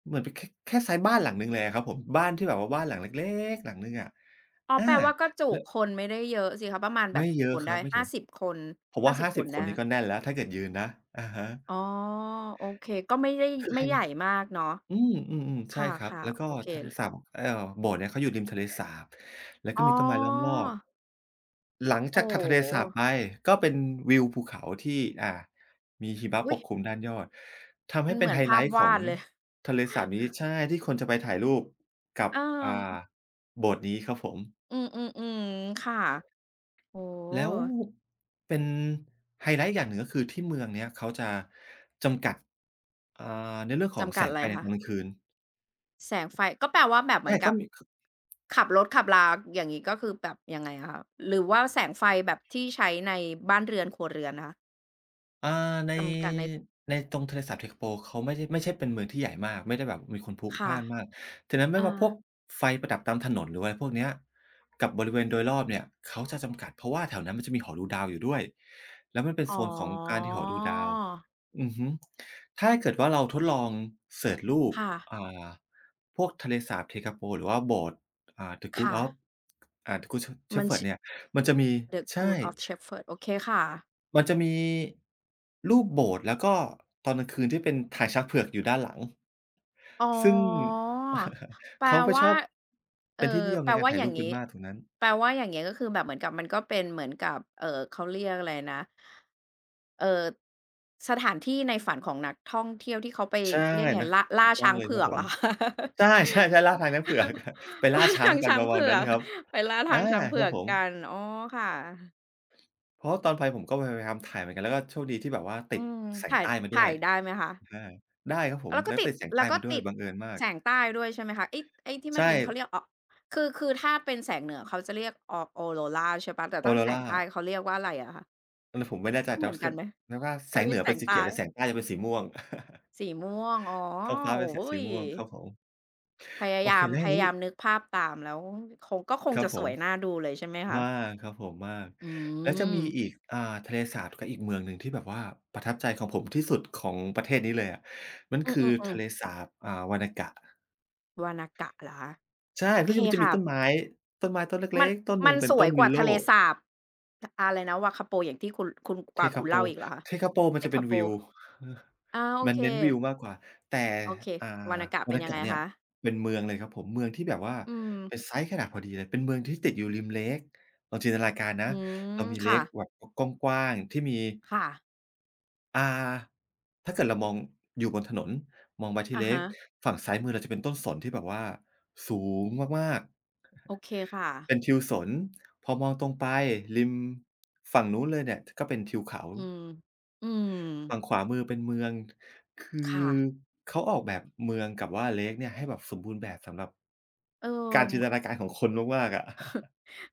[SPEAKER 2] เหมือนเป็นแค่แค่ไซซ์บ้านหลังหนึ่งเลยอะครับผมบ้านที่แบบว่าบ้านหลังเล็กๆหลังหนึ่งอะ
[SPEAKER 1] อ๋อ
[SPEAKER 2] อา
[SPEAKER 1] แปลว่าก็จุ
[SPEAKER 2] แล้ว
[SPEAKER 1] คนไม่ได้เยอะสิคะประมาณแบบ
[SPEAKER 2] ไม่เย
[SPEAKER 1] กี่ค
[SPEAKER 2] อะ
[SPEAKER 1] น
[SPEAKER 2] ค
[SPEAKER 1] ได้
[SPEAKER 2] รับไม่เย
[SPEAKER 1] ห้า
[SPEAKER 2] อะ
[SPEAKER 1] สิบคน
[SPEAKER 2] ผม
[SPEAKER 1] ห้า
[SPEAKER 2] ว่า
[SPEAKER 1] สิบคน
[SPEAKER 2] 50ค
[SPEAKER 1] ได้
[SPEAKER 2] น
[SPEAKER 1] ห
[SPEAKER 2] นี่ก็แน่นแล้วถ้าเกิดยืนนะอะฮะ
[SPEAKER 1] อ๋อโอเคก็ไม่ได้
[SPEAKER 2] คือไฮ
[SPEAKER 1] ไม่ให
[SPEAKER 2] ไละ
[SPEAKER 1] ญ่มากเนาะ
[SPEAKER 2] อืมอืมๆ
[SPEAKER 1] ค
[SPEAKER 2] ใช่ครับ
[SPEAKER 1] ่ะ
[SPEAKER 2] แล้ว
[SPEAKER 1] ๆ
[SPEAKER 2] ก็
[SPEAKER 1] โอเค
[SPEAKER 2] ทะเลสาบโบสถ์เนี่ยเขาอยู่ริมทะเลสาบแล้วก็
[SPEAKER 1] อ๋อ
[SPEAKER 2] มีต้นไม้ล้อมรอบหลังจาก
[SPEAKER 1] โอ้
[SPEAKER 2] ถั
[SPEAKER 1] โ
[SPEAKER 2] ดทะเลสาบไป
[SPEAKER 1] ฮ
[SPEAKER 2] ก็เป็นวิวภูเขาที่อ่ามีหิมะ
[SPEAKER 1] อุ๊
[SPEAKER 2] ป
[SPEAKER 1] ย
[SPEAKER 2] กคลุมด้านยอดทำ
[SPEAKER 1] มั
[SPEAKER 2] ให้
[SPEAKER 1] นเห
[SPEAKER 2] เป็น
[SPEAKER 1] มือน
[SPEAKER 2] ไฮไล
[SPEAKER 1] ภาพ
[SPEAKER 2] ต์ขอ
[SPEAKER 1] วา
[SPEAKER 2] ง
[SPEAKER 1] ดเลย
[SPEAKER 2] ทะเลสาบนี้ใช่ที่คนจะไปถ่ายรูปกับ
[SPEAKER 1] เออ
[SPEAKER 2] อ่าโบสถ์นี้ครับผม
[SPEAKER 1] อืมๆๆค่ะโอ้โ
[SPEAKER 2] แล้ว
[SPEAKER 1] ฮ
[SPEAKER 2] เป็นไฮไลต์อย่างหนึ่งก็คือที่เมืองเนี้ยเขาจะจำกัดอ่าในเรื่องของ
[SPEAKER 1] จำ
[SPEAKER 2] แส
[SPEAKER 1] กัด
[SPEAKER 2] ง
[SPEAKER 1] อะไร
[SPEAKER 2] ไฟใน
[SPEAKER 1] คะ
[SPEAKER 2] ตอนกลางคืน
[SPEAKER 1] แสงไฟก็แปลว่าแบบเหมื
[SPEAKER 2] ใช่
[SPEAKER 1] อนกั
[SPEAKER 2] เขา
[SPEAKER 1] บ
[SPEAKER 2] มี
[SPEAKER 1] ขับรถขับราอย่างงี้ก็คือแบบยังไงอะคะหรือว่าแสงไฟแบบที่ใช้ในบ้านเรือนครัวเรือนคะ
[SPEAKER 2] อ่าใน
[SPEAKER 1] จำกัดใน
[SPEAKER 2] ตรงทะเลสาบเท็กโปเขาไม่ได้ไม่ใช่เป็นเมืองที่ใหญ่มากไม่ได้แบบมีคนพลุกพ
[SPEAKER 1] ค่ะ
[SPEAKER 2] ล่านมากฉะนั้นไม่
[SPEAKER 1] อา
[SPEAKER 2] ว่าพวกไฟประดับตามถนนหรืออะไรพวกเนี้ยกับบริเวณโดยรอบเนี่ยเขาจะจำกัดเพราะว่าแถวนั้นมันจะมีหอดูดาวอยู่ด้วยแล้วมันเป็น
[SPEAKER 1] อ๋อ
[SPEAKER 2] โซนของการที่หอดูดาวอือฮึถ้าเกิดว่าเราทดลองเซิร์ชรูป
[SPEAKER 1] ค่ะ
[SPEAKER 2] อ่าพวกทะเลสาบเท็กโปหรือว่าโบสถ์The Good
[SPEAKER 1] ค่ะ
[SPEAKER 2] of The Good
[SPEAKER 1] มัน
[SPEAKER 2] Shepherd
[SPEAKER 1] ชื่อ
[SPEAKER 2] เนี่ยมันจะมี
[SPEAKER 1] The
[SPEAKER 2] ใช่
[SPEAKER 1] Good of Shepherd โอเคค่ะ
[SPEAKER 2] มันจะมีรูปโบสถ์แล้วก็ตอนกลางคืนที่เป็นถ่ายช้างเผือกอยู่ด้านหลัง
[SPEAKER 1] อ๋อ
[SPEAKER 2] ซึ่ง
[SPEAKER 1] แป
[SPEAKER 2] *laughs*
[SPEAKER 1] ล
[SPEAKER 2] เขาไปช
[SPEAKER 1] ว่า
[SPEAKER 2] อบ
[SPEAKER 1] เอ่อ
[SPEAKER 2] เป็นที่นิยม
[SPEAKER 1] แปล
[SPEAKER 2] ในการ
[SPEAKER 1] ว่า
[SPEAKER 2] ถ่า
[SPEAKER 1] อ
[SPEAKER 2] ย
[SPEAKER 1] ย่า
[SPEAKER 2] รู
[SPEAKER 1] ง
[SPEAKER 2] ปกั
[SPEAKER 1] งี้
[SPEAKER 2] นมากตรงนั้น
[SPEAKER 1] แปลว่าอย่างเงี้ยก็คือแบบเหมือนกับมันก็เป็นเหมือนกับ เขาเรียกอะไรนะเอ่อสถานที่ในฝันของนักท่องเที่ยวที่เขาไป
[SPEAKER 2] ใช่
[SPEAKER 1] เขาเรียกไง
[SPEAKER 2] นะถู
[SPEAKER 1] ล่า
[SPEAKER 2] กต้อ
[SPEAKER 1] ช้า
[SPEAKER 2] ง
[SPEAKER 1] ง
[SPEAKER 2] เลยค
[SPEAKER 1] เผื
[SPEAKER 2] รับ
[SPEAKER 1] อก
[SPEAKER 2] ผ
[SPEAKER 1] เหร
[SPEAKER 2] ม
[SPEAKER 1] อ *laughs*
[SPEAKER 2] ใช่ใช่ใช่ล่าทางช้างเผือ
[SPEAKER 1] คะ
[SPEAKER 2] ก *laughs* ไปล่า
[SPEAKER 1] ล่า
[SPEAKER 2] ช้าง
[SPEAKER 1] ทาง
[SPEAKER 2] กัน
[SPEAKER 1] ช้า
[SPEAKER 2] ป
[SPEAKER 1] ง
[SPEAKER 2] ระมาณ
[SPEAKER 1] เผื
[SPEAKER 2] นั้
[SPEAKER 1] อ
[SPEAKER 2] น
[SPEAKER 1] ก
[SPEAKER 2] ครับ
[SPEAKER 1] ไปล่า
[SPEAKER 2] อา
[SPEAKER 1] ทางช้าง
[SPEAKER 2] ค
[SPEAKER 1] เผื
[SPEAKER 2] รับ
[SPEAKER 1] อก
[SPEAKER 2] ผม
[SPEAKER 1] กันอ๋อค่ะ
[SPEAKER 2] เพราะว่าตอนไปผมก็พยายามถ่ายเหมือนกันแล้วก็โชคดีที่แบบว่า
[SPEAKER 1] อื
[SPEAKER 2] ติด
[SPEAKER 1] ม
[SPEAKER 2] แสง
[SPEAKER 1] ถ่าย
[SPEAKER 2] ใต้มาด้
[SPEAKER 1] ถ่า
[SPEAKER 2] วย
[SPEAKER 1] ยได้ไหมคะ
[SPEAKER 2] อาได้ครับผม
[SPEAKER 1] แล้วก็
[SPEAKER 2] แล้ว
[SPEAKER 1] ติด
[SPEAKER 2] ติดแสง
[SPEAKER 1] แล้
[SPEAKER 2] ใต้
[SPEAKER 1] วก็
[SPEAKER 2] มาด้วย
[SPEAKER 1] ติด
[SPEAKER 2] บังเอิญมาก
[SPEAKER 1] แสงใต้ด้วยใช่ไหมคะไอ้ที่มัน
[SPEAKER 2] ใช่
[SPEAKER 1] เป็นเขาเรียกอคือถ้าเป็นแสงเหนือเขาจะเรียกอออโรราใช่เปล่าแต่
[SPEAKER 2] ออ
[SPEAKER 1] ถ้า
[SPEAKER 2] โร
[SPEAKER 1] แสง
[SPEAKER 2] รา
[SPEAKER 1] ใต้เขาเรียกว่าอะไรอะคะ
[SPEAKER 2] เออผมไม่แน่ใจ
[SPEAKER 1] ก็เหมือนกันไหม
[SPEAKER 2] แต่ว่าแส
[SPEAKER 1] เขา
[SPEAKER 2] งเห
[SPEAKER 1] เรี
[SPEAKER 2] นื
[SPEAKER 1] ยก
[SPEAKER 2] อ
[SPEAKER 1] แส
[SPEAKER 2] เป็น
[SPEAKER 1] ง
[SPEAKER 2] สีเขีย
[SPEAKER 1] ใต้
[SPEAKER 2] วแต่แสงใต้จะเป็นสีม่วง *laughs*
[SPEAKER 1] สีม่วงอ๋อ
[SPEAKER 2] ท้องฟ้าเป็
[SPEAKER 1] โอ้
[SPEAKER 2] นแส
[SPEAKER 1] โฮ
[SPEAKER 2] งสีม่วงครับผมโอเคแล้ว
[SPEAKER 1] พ
[SPEAKER 2] อย่าง
[SPEAKER 1] ยา
[SPEAKER 2] งี้
[SPEAKER 1] ยามนึกภาพตามแล้วคงก็คง
[SPEAKER 2] ครับ
[SPEAKER 1] จะ
[SPEAKER 2] ผ
[SPEAKER 1] สวย
[SPEAKER 2] ม
[SPEAKER 1] น่าดูเลยใช่ไหมคะ
[SPEAKER 2] มากครับผมมาก
[SPEAKER 1] อื
[SPEAKER 2] แล้วจะ
[SPEAKER 1] ม
[SPEAKER 2] มีอีกทะเลสาบกับอีกเมืองหนึ่งที่แบบว่าประทับใจของผมที่สุดของประเทศนี้เลยอะมัน
[SPEAKER 1] อื
[SPEAKER 2] คือ
[SPEAKER 1] อๆ
[SPEAKER 2] ทะเล
[SPEAKER 1] ๆ
[SPEAKER 2] สาบวานากะ
[SPEAKER 1] วานากะเหรอคะ
[SPEAKER 2] ใช่
[SPEAKER 1] โอเค
[SPEAKER 2] มันจะมี
[SPEAKER 1] ค่ะ
[SPEAKER 2] ต้นไม้ต้น
[SPEAKER 1] มั
[SPEAKER 2] เล็
[SPEAKER 1] น
[SPEAKER 2] กๆต้นห
[SPEAKER 1] มั
[SPEAKER 2] นึ่
[SPEAKER 1] น
[SPEAKER 2] งเป็
[SPEAKER 1] ส
[SPEAKER 2] น
[SPEAKER 1] ว
[SPEAKER 2] ต้
[SPEAKER 1] ย
[SPEAKER 2] น
[SPEAKER 1] กว่าทะเล
[SPEAKER 2] Willow
[SPEAKER 1] สาบ อะไรนะวาคาโปอย่างที่คุณก
[SPEAKER 2] เท
[SPEAKER 1] ว่า
[SPEAKER 2] กา
[SPEAKER 1] คุณ
[SPEAKER 2] โป
[SPEAKER 1] เล่าอีกเหรอคะ
[SPEAKER 2] เทกาโปมัน
[SPEAKER 1] เป็
[SPEAKER 2] จะ
[SPEAKER 1] น
[SPEAKER 2] เป็
[SPEAKER 1] คา
[SPEAKER 2] น
[SPEAKER 1] โป
[SPEAKER 2] วิว *laughs* เออ
[SPEAKER 1] อาโอ
[SPEAKER 2] มัน
[SPEAKER 1] เค
[SPEAKER 2] เน้นวิวมากกว่าแต่
[SPEAKER 1] โอเค
[SPEAKER 2] อ่
[SPEAKER 1] วา
[SPEAKER 2] า
[SPEAKER 1] นากะ
[SPEAKER 2] บร
[SPEAKER 1] เป็
[SPEAKER 2] ร
[SPEAKER 1] น
[SPEAKER 2] ยา
[SPEAKER 1] ยัง
[SPEAKER 2] กา
[SPEAKER 1] ไง
[SPEAKER 2] ศเนี่ย
[SPEAKER 1] คะ
[SPEAKER 2] เป็นเมืองเลยครับผมเมืองที่แบบว่า
[SPEAKER 1] อืม
[SPEAKER 2] เป็นไซซ์ขนาดพอดีเลยเป็นเมืองที่ติดอยู่ริมเลกลองจินตนาการนะ
[SPEAKER 1] อื
[SPEAKER 2] เรา
[SPEAKER 1] ม
[SPEAKER 2] มีเล
[SPEAKER 1] ค่ะ
[SPEAKER 2] กแบบกว้างๆที่มี
[SPEAKER 1] ค่ะ
[SPEAKER 2] อ่าถ้าเกิดเรามองอยู่บนถนนมองไปที่
[SPEAKER 1] อะ
[SPEAKER 2] เลก
[SPEAKER 1] ฮะ
[SPEAKER 2] ฝั่งซ้ายมือเราจะเป็นต้นสนที่แบบว่าสูงมากๆ
[SPEAKER 1] โอเคค่ะ
[SPEAKER 2] *laughs* เป็นทิวสนพอมองตรงไปริมฝั่งนู้นเลยเนี่ยก็เป็นทิวเขา
[SPEAKER 1] อืมอืม
[SPEAKER 2] ฝั่งขวามือเป็นเมืองคือ
[SPEAKER 1] ค่ะ
[SPEAKER 2] เขาออกแบบเมืองกับว่า Lake เนี่ยให้แบบสมบูรณ์แบบสำหรับ
[SPEAKER 1] เอ
[SPEAKER 2] การ
[SPEAKER 1] อม
[SPEAKER 2] จินตนาการของคนมากๆอะ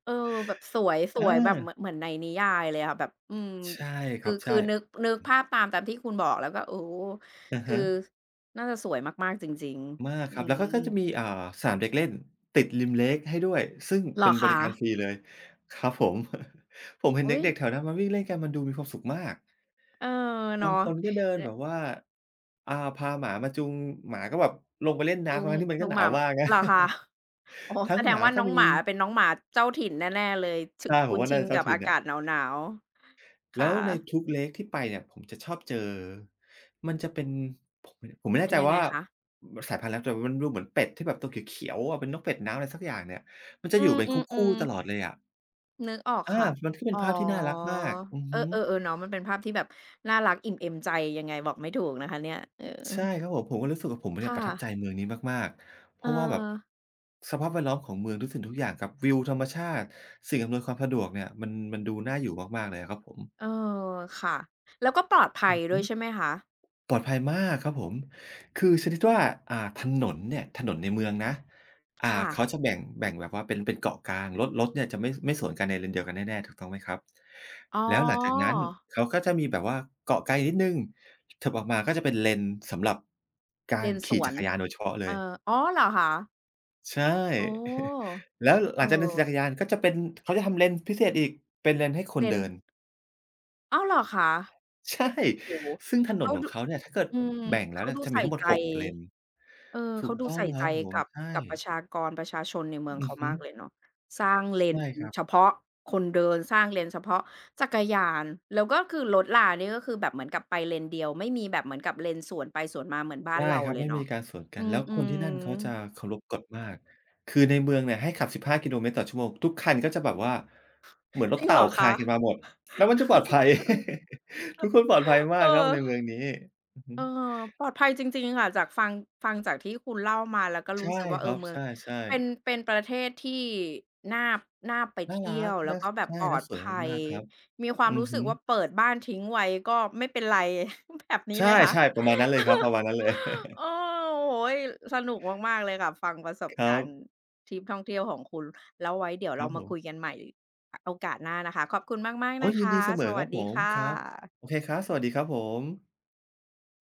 [SPEAKER 1] เออแบบสวยส
[SPEAKER 2] อ
[SPEAKER 1] วยแบบ
[SPEAKER 2] า
[SPEAKER 1] เหมือนในนิยายเลยอะแบบอืม
[SPEAKER 2] ใช่ครับ
[SPEAKER 1] คือ
[SPEAKER 2] ใช่
[SPEAKER 1] นึกภาพตามที่คุณบอกแล้วก็โอ้โฮ
[SPEAKER 2] อะ
[SPEAKER 1] คือ
[SPEAKER 2] ฮะ
[SPEAKER 1] น่าจะสวยมากๆจริง
[SPEAKER 2] มาก
[SPEAKER 1] ๆอื
[SPEAKER 2] ครับแล้วก็ก็จะ
[SPEAKER 1] ม
[SPEAKER 2] มีสนามเด็กเล่นติดริมเลกให้ด้วยซึ่ง
[SPEAKER 1] เหร
[SPEAKER 2] เป็
[SPEAKER 1] อ
[SPEAKER 2] นบ
[SPEAKER 1] คะ
[SPEAKER 2] ริการฟรีเลยครับผม *laughs* ผมเห็น
[SPEAKER 1] อุ๊ย
[SPEAKER 2] เด็กๆแถวนั้นมาวิ่งเล่นกันมันดูมีความสุขมาก
[SPEAKER 1] เออ
[SPEAKER 2] บาง
[SPEAKER 1] เนาะ
[SPEAKER 2] คนก็เดินแบบว่าพาหมามาจูงหมาก็แบบลงไปเล่นน้ำ
[SPEAKER 1] จูง
[SPEAKER 2] ทั้งๆที่มัน
[SPEAKER 1] จู
[SPEAKER 2] ก็
[SPEAKER 1] ง
[SPEAKER 2] ห
[SPEAKER 1] ห
[SPEAKER 2] นา
[SPEAKER 1] มา
[SPEAKER 2] วมากนะ
[SPEAKER 1] เหรอคะอ๋อ
[SPEAKER 2] *laughs* ทั้
[SPEAKER 1] แส
[SPEAKER 2] ง
[SPEAKER 1] ด
[SPEAKER 2] ห
[SPEAKER 1] ง
[SPEAKER 2] มา
[SPEAKER 1] ว่า
[SPEAKER 2] แล้วก็
[SPEAKER 1] น้อง
[SPEAKER 2] มี
[SPEAKER 1] หมาเป็นน้องหมาเจ้าถิ่นแน่ๆเลยชึ
[SPEAKER 2] ใช่ผม
[SPEAKER 1] คุ้น
[SPEAKER 2] ว่า
[SPEAKER 1] ชิ
[SPEAKER 2] น่า
[SPEAKER 1] น
[SPEAKER 2] จะเจ้า
[SPEAKER 1] กับ
[SPEAKER 2] ถิ่
[SPEAKER 1] อา
[SPEAKER 2] นอะ
[SPEAKER 1] กาศหนาวๆ
[SPEAKER 2] แล้
[SPEAKER 1] ค่ะ
[SPEAKER 2] วในทุก Lake ที่ไปเนี่ยผมจะชอบเจอมันจะเป็นผมไม่แน่
[SPEAKER 1] เป็น
[SPEAKER 2] ใจ
[SPEAKER 1] ยังไง
[SPEAKER 2] ว่า
[SPEAKER 1] คะ
[SPEAKER 2] สายพันธุ์อะไรแต่มันดูเหมือนเป็ดที่แบบตัวเขียวๆอะเป็นนกเป็ดน้ำอะไรสักอย่างเนี่ยมันจะ
[SPEAKER 1] อื
[SPEAKER 2] อยู่เป็นคู่
[SPEAKER 1] ม
[SPEAKER 2] ๆต
[SPEAKER 1] ๆ
[SPEAKER 2] ลอด
[SPEAKER 1] ๆ
[SPEAKER 2] เลยอะ
[SPEAKER 1] นึกออก
[SPEAKER 2] อา
[SPEAKER 1] ค่ะ
[SPEAKER 2] มันก็เป็
[SPEAKER 1] อ๋
[SPEAKER 2] นภาพที่น่ารัก
[SPEAKER 1] อ
[SPEAKER 2] มากอือ
[SPEAKER 1] เอ
[SPEAKER 2] ฮึ
[SPEAKER 1] อๆๆเนาะมันเป็นภาพที่แบบน่ารักอิ่มเอมใจยังไงบอกไม่ถูกนะคะเนี่ยเออ
[SPEAKER 2] ใช่ครับผมผมก็รู้สึกว่าผมเนี่ยป
[SPEAKER 1] ค่ะ
[SPEAKER 2] ระทับใจเมืองนี้มากๆเพ
[SPEAKER 1] เออ
[SPEAKER 2] ราะว่าแบบสภาพแวดล้อมของเมืองทุกสิ่งทุกอย่างกับวิวธรรมชาติสิ่งอำนวยความสะดวกเนี่ยมันดูน่าอยู่มากๆเลยอะครับผม
[SPEAKER 1] เออค่ะแล้วก็ปลอดภั
[SPEAKER 2] อื
[SPEAKER 1] ย
[SPEAKER 2] อ
[SPEAKER 1] ด้
[SPEAKER 2] ฮึ
[SPEAKER 1] วยใช่ไหมคะ
[SPEAKER 2] ปลอดภัยมากครับผมคือชนิดว่าถนนเนี่ยถนนในเมืองนะ
[SPEAKER 1] ค่ะ
[SPEAKER 2] เขาจะแบ่งแบบว่าเป็นเกาะกลางรถเนี่ยจะไม่สวนกันในเลนเดียวกันแน่ๆถูกต้องไหมครับ
[SPEAKER 1] อ๋อ
[SPEAKER 2] แล้วหลังจากนั้นเขาก็จะมีแบบว่าเกาะกลางอีกนิดหนึ่งถัดออกมาก็จะเป็นเลนสำหรับกา
[SPEAKER 1] เล
[SPEAKER 2] ร
[SPEAKER 1] นส
[SPEAKER 2] ขี่
[SPEAKER 1] ว
[SPEAKER 2] จั
[SPEAKER 1] น
[SPEAKER 2] กรยานโดยเฉพาะเล
[SPEAKER 1] เอ
[SPEAKER 2] ย
[SPEAKER 1] ออ๋อเหรอคะ
[SPEAKER 2] ใช่
[SPEAKER 1] โอ้
[SPEAKER 2] *laughs* แล้วหลั
[SPEAKER 1] เออ
[SPEAKER 2] งจากเลนจักรยานก็จะเป็นเขาจะทำเลนพิเศษอีกเป็นเลนให้ค
[SPEAKER 1] เป
[SPEAKER 2] น
[SPEAKER 1] น
[SPEAKER 2] เดิน
[SPEAKER 1] อ้าวเหรอคะ
[SPEAKER 2] ใช่
[SPEAKER 1] โอ้โฮ
[SPEAKER 2] ซึ่งถนน
[SPEAKER 1] เขา
[SPEAKER 2] ของ
[SPEAKER 1] ดู
[SPEAKER 2] เขาเนี่ยถ้าเกิด
[SPEAKER 1] อืม
[SPEAKER 2] แบ่งแล้ว
[SPEAKER 1] เขา
[SPEAKER 2] เนี่ย
[SPEAKER 1] ดู
[SPEAKER 2] จะมี
[SPEAKER 1] ใส่
[SPEAKER 2] ทั้งหมด
[SPEAKER 1] ใจ
[SPEAKER 2] 6เลน
[SPEAKER 1] เออ
[SPEAKER 2] ถู
[SPEAKER 1] เขา
[SPEAKER 2] ก
[SPEAKER 1] ดู
[SPEAKER 2] ต้อง
[SPEAKER 1] ใส่
[SPEAKER 2] ค
[SPEAKER 1] ใจ
[SPEAKER 2] รับผม
[SPEAKER 1] กับ
[SPEAKER 2] ใช่
[SPEAKER 1] ประชากรประชาชนในเมือง
[SPEAKER 2] อือ
[SPEAKER 1] เขา
[SPEAKER 2] ฮึ
[SPEAKER 1] มากเลยเนาะสร้างเลน
[SPEAKER 2] ใช่ครับ
[SPEAKER 1] เฉพาะคนเดินสร้างเลนเฉพาะจักรยานแล้วก็คือรถรานี่ก็คือแบบเหมือนกับไปเลนเดียวไม่มีแบบเหมือนกับเลนสวนไปสวนมาเหมือนบ้าน
[SPEAKER 2] ใช่
[SPEAKER 1] เรา
[SPEAKER 2] ครับ
[SPEAKER 1] เลย
[SPEAKER 2] ไม่มี
[SPEAKER 1] เนาะ
[SPEAKER 2] การสวนกัน แล้วค
[SPEAKER 1] อื
[SPEAKER 2] นที่นั่น
[SPEAKER 1] ม
[SPEAKER 2] เขาจะ
[SPEAKER 1] ๆ
[SPEAKER 2] เคารพกฎมากคือในเมืองเนี่ยให้ขับ15 กิโลเมตรต่อชั่วโมงทุกคันก็จะแบบว่าเหมือนร
[SPEAKER 1] จ
[SPEAKER 2] ถ
[SPEAKER 1] ริงเหร
[SPEAKER 2] เต่า
[SPEAKER 1] อ
[SPEAKER 2] คลา
[SPEAKER 1] คะ
[SPEAKER 2] นกันมาหมดแล้วมันจะปลอดภัย *laughs* ทุกคนปลอดภัย
[SPEAKER 1] เ
[SPEAKER 2] มากครับใน
[SPEAKER 1] ออ
[SPEAKER 2] เมืองนี้อือฮึ
[SPEAKER 1] เออปลอดภัยจริงๆค่ะจากฟังจากที่คุณเล่ามาแล้วก็รู้
[SPEAKER 2] ใช่
[SPEAKER 1] สึกว่า
[SPEAKER 2] ค
[SPEAKER 1] เออ
[SPEAKER 2] รับ
[SPEAKER 1] เมือ
[SPEAKER 2] ใช
[SPEAKER 1] ง
[SPEAKER 2] ่ๆ
[SPEAKER 1] เป็นประเทศที่น่าน่าไป
[SPEAKER 2] น่า
[SPEAKER 1] เที่ย
[SPEAKER 2] รัก
[SPEAKER 1] วแล้ว
[SPEAKER 2] น่า
[SPEAKER 1] ก็แบบป
[SPEAKER 2] ใช่
[SPEAKER 1] ลอ
[SPEAKER 2] น่า
[SPEAKER 1] ด
[SPEAKER 2] สวย
[SPEAKER 1] ภัย
[SPEAKER 2] มากๆครับ
[SPEAKER 1] มีความ
[SPEAKER 2] อือ
[SPEAKER 1] รู้สึ
[SPEAKER 2] ฮึ
[SPEAKER 1] กว่าเปิดบ้านทิ้งไว้ก็ไม่เป็นไร *laughs* แบบนี้
[SPEAKER 2] ใช
[SPEAKER 1] ไหมคะ
[SPEAKER 2] ่ๆประมาณนั้นเลยครับประมาณนั้นเลย
[SPEAKER 1] เออโอ้โฮสนุกมากๆเลยค่ะฟังประสบ
[SPEAKER 2] ครั
[SPEAKER 1] การณ์
[SPEAKER 2] บ
[SPEAKER 1] ทริปท่องเที่ยวของคุณแล้วไว้เดี๋ยว
[SPEAKER 2] ค
[SPEAKER 1] เรา
[SPEAKER 2] รับผ
[SPEAKER 1] มา
[SPEAKER 2] ม
[SPEAKER 1] คุยกันใหม่โอกาสหน้านะคะขอบคุณมากๆ
[SPEAKER 2] โอ้
[SPEAKER 1] นะ
[SPEAKER 2] ยยิน
[SPEAKER 1] คะ
[SPEAKER 2] ดีเสม
[SPEAKER 1] ส
[SPEAKER 2] อค
[SPEAKER 1] วั
[SPEAKER 2] รั
[SPEAKER 1] ส
[SPEAKER 2] บผ
[SPEAKER 1] ดี
[SPEAKER 2] ม
[SPEAKER 1] ค่
[SPEAKER 2] ครับ โอ
[SPEAKER 1] ะ
[SPEAKER 2] เคครับ สวัสดีครับผม